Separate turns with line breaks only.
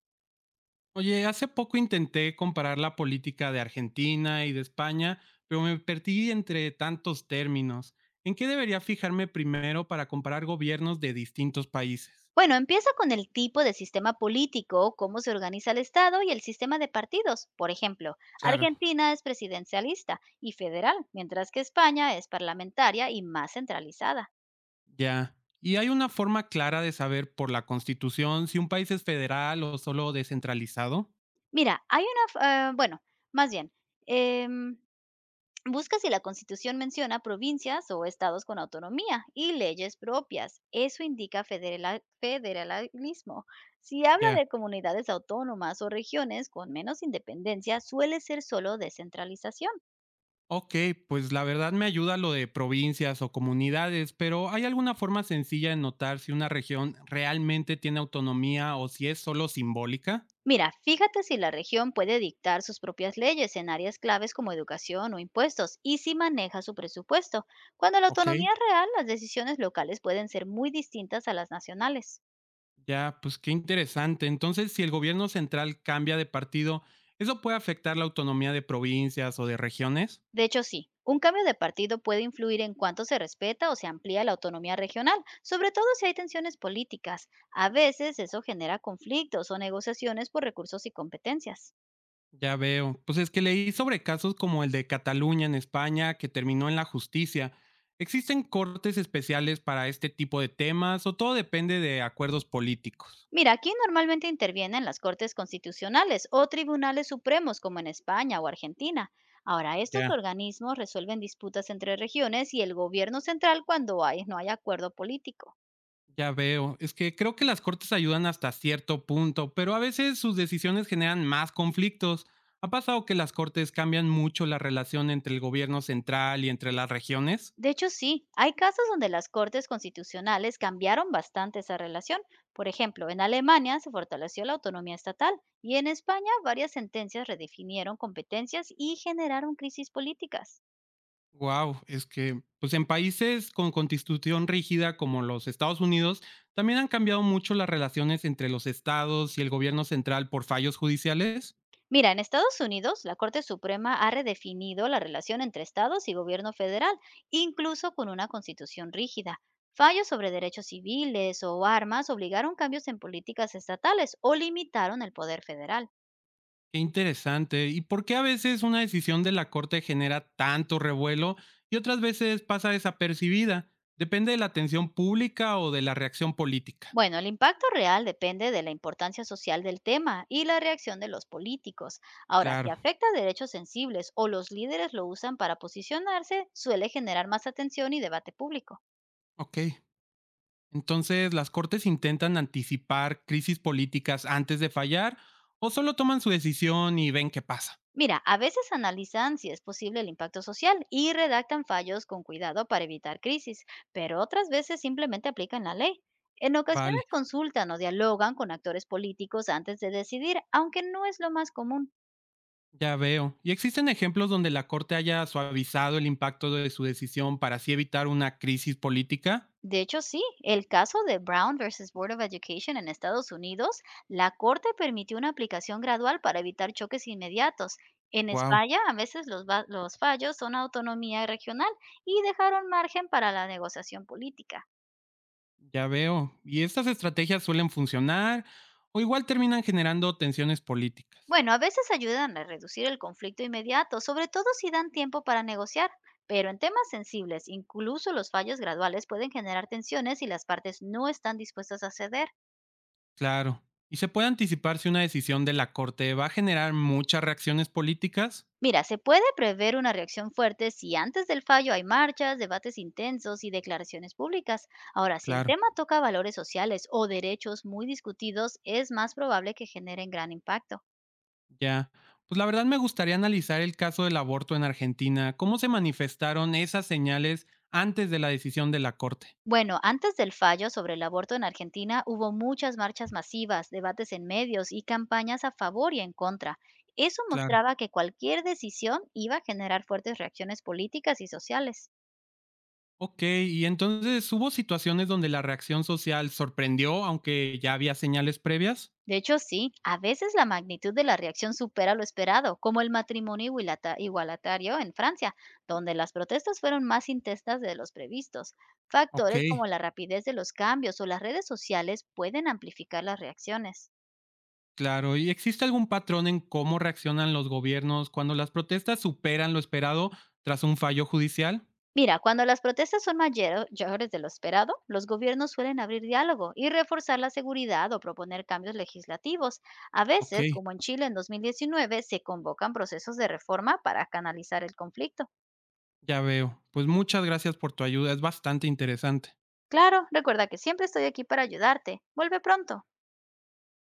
Oye, hace poco intenté comparar la política de Argentina y de España, pero me perdí entre tantos términos. ¿En qué debería fijarme primero para comparar gobiernos de distintos países?
Bueno, empieza con el tipo de sistema político, cómo se organiza el Estado y el sistema de partidos. Por ejemplo,
Claro,
Argentina es presidencialista y federal, mientras que España es parlamentaria y más centralizada.
ya. ¿Y hay una forma clara de saber por la constitución si un país es federal o solo descentralizado?
Mira, hay una, más bien, em, busca si la Constitución menciona provincias o estados con autonomía y leyes propias. Eso indica federalismo. Si habla
Ya.
de comunidades autónomas o regiones con menos independencia, suele ser solo descentralización.
Ok, pues la verdad me ayuda lo de provincias o comunidades, pero ¿hay alguna forma sencilla de notar si una región realmente tiene autonomía o si es solo simbólica?
Mira, fíjate si la región puede dictar sus propias leyes en áreas claves como educación o impuestos y si maneja su presupuesto. Cuando la
Ok.
autonomía es real, las decisiones locales pueden ser muy distintas a las nacionales.
Ya, pues qué interesante. Entonces, si el gobierno central cambia de partido, ¿eso puede afectar la autonomía de provincias o de regiones?
De hecho, sí, un cambio de partido puede influir en cuánto se respeta o se amplía la autonomía regional, sobre todo si hay tensiones políticas. A veces eso genera conflictos o negociaciones por recursos y competencias.
Ya veo. Pues es que leí sobre casos como el de Cataluña en España, que terminó en la justicia. ¿Existen cortes especiales para este tipo de temas o todo depende de acuerdos políticos?
Mira, aquí normalmente intervienen las Cortes Constitucionales o Tribunales Supremos como en España o Argentina. Ahora, estos
Ya.
organismos resuelven disputas entre regiones y el gobierno central no hay acuerdo político.
Ya veo, es que creo que las cortes ayudan hasta cierto punto, pero a veces sus decisiones generan más conflictos. ¿Ha pasado que las cortes cambian mucho la relación entre el gobierno central y entre las regiones?
De hecho, sí, hay casos donde las Cortes Constitucionales cambiaron bastante esa relación. Por ejemplo, en Alemania se fortaleció la autonomía estatal y en España varias sentencias redefinieron competencias y generaron crisis políticas.
Wow, es que pues en países con constitución rígida como los Estados Unidos, también han cambiado mucho las relaciones entre los estados y el gobierno central por fallos judiciales.
Mira, en Estados Unidos, la Corte Suprema ha redefinido la relación entre estados y gobierno federal, incluso con una constitución rígida. Fallos sobre derechos civiles o armas obligaron cambios en políticas estatales o limitaron el poder federal.
Qué interesante. ¿Y por qué a veces una decisión de la Corte genera tanto revuelo y otras veces pasa desapercibida? Depende de la atención pública o de la reacción política.
Bueno, el impacto real depende de la importancia social del tema y la reacción de los políticos. Ahora, si
Claro.
afecta a derechos sensibles o los líderes lo usan para posicionarse, suele generar más atención y debate público.
Ok. Entonces, ¿las Cortes intentan anticipar crisis políticas antes de fallar o solo toman su decisión y ven qué pasa?
Mira, a veces analizan si es posible el impacto social y redactan fallos con cuidado para evitar crisis, pero otras veces simplemente aplican la ley. En ocasiones
Vale,
consultan o dialogan con actores políticos antes de decidir, aunque no es lo más común.
ya veo. ¿Y existen ejemplos donde la Corte haya suavizado el impacto de su decisión para así evitar una crisis política?
De hecho, sí, el caso de Brown versus Board of Education en Estados Unidos, la Corte permitió una aplicación gradual para evitar choques inmediatos. En
Wow.
España, a veces los fallos son autonomía regional y dejaron margen para la negociación política.
Ya veo. ¿Y estas estrategias suelen funcionar o igual terminan generando tensiones políticas?
Bueno, a veces ayudan a reducir el conflicto inmediato, sobre todo si dan tiempo para negociar, pero en temas sensibles, incluso los fallos graduales pueden generar tensiones si las partes no están dispuestas a ceder.
Claro. ¿Y se puede anticipar si una decisión de la Corte va a generar muchas reacciones políticas?
Mira, se puede prever una reacción fuerte si antes del fallo hay marchas, debates intensos y declaraciones públicas. Ahora, si el
Claro,
tema toca valores sociales o derechos muy discutidos, es más probable que generen gran impacto.
ya. Pues la verdad me gustaría analizar el caso del aborto en Argentina. ¿Cómo se manifestaron esas señales antes de la decisión de la Corte?
Bueno, antes del fallo sobre el aborto en Argentina hubo muchas marchas masivas, debates en medios y campañas a favor y en contra. Eso
Claro.
mostraba que cualquier decisión iba a generar fuertes reacciones políticas y sociales.
Ok, y entonces hubo situaciones donde la reacción social sorprendió, aunque ya había señales previas.
De hecho, sí, a veces la magnitud de la reacción supera lo esperado, como el matrimonio igualatario en Francia, donde las protestas fueron más intensas de los previstos.
Ok.
Factores como la rapidez de los cambios o las redes sociales pueden amplificar las reacciones.
Claro, ¿y existe algún patrón en cómo reaccionan los gobiernos cuando las protestas superan lo esperado tras un fallo judicial?
Mira, cuando las protestas son mayores de lo esperado, los gobiernos suelen abrir diálogo y reforzar la seguridad o proponer cambios legislativos. A
Ok,
veces, como en Chile en 2019, se convocan procesos de reforma para canalizar el conflicto.
ya veo. Pues muchas gracias por tu ayuda, es bastante interesante.
Claro, recuerda que siempre estoy aquí para ayudarte. Vuelve pronto.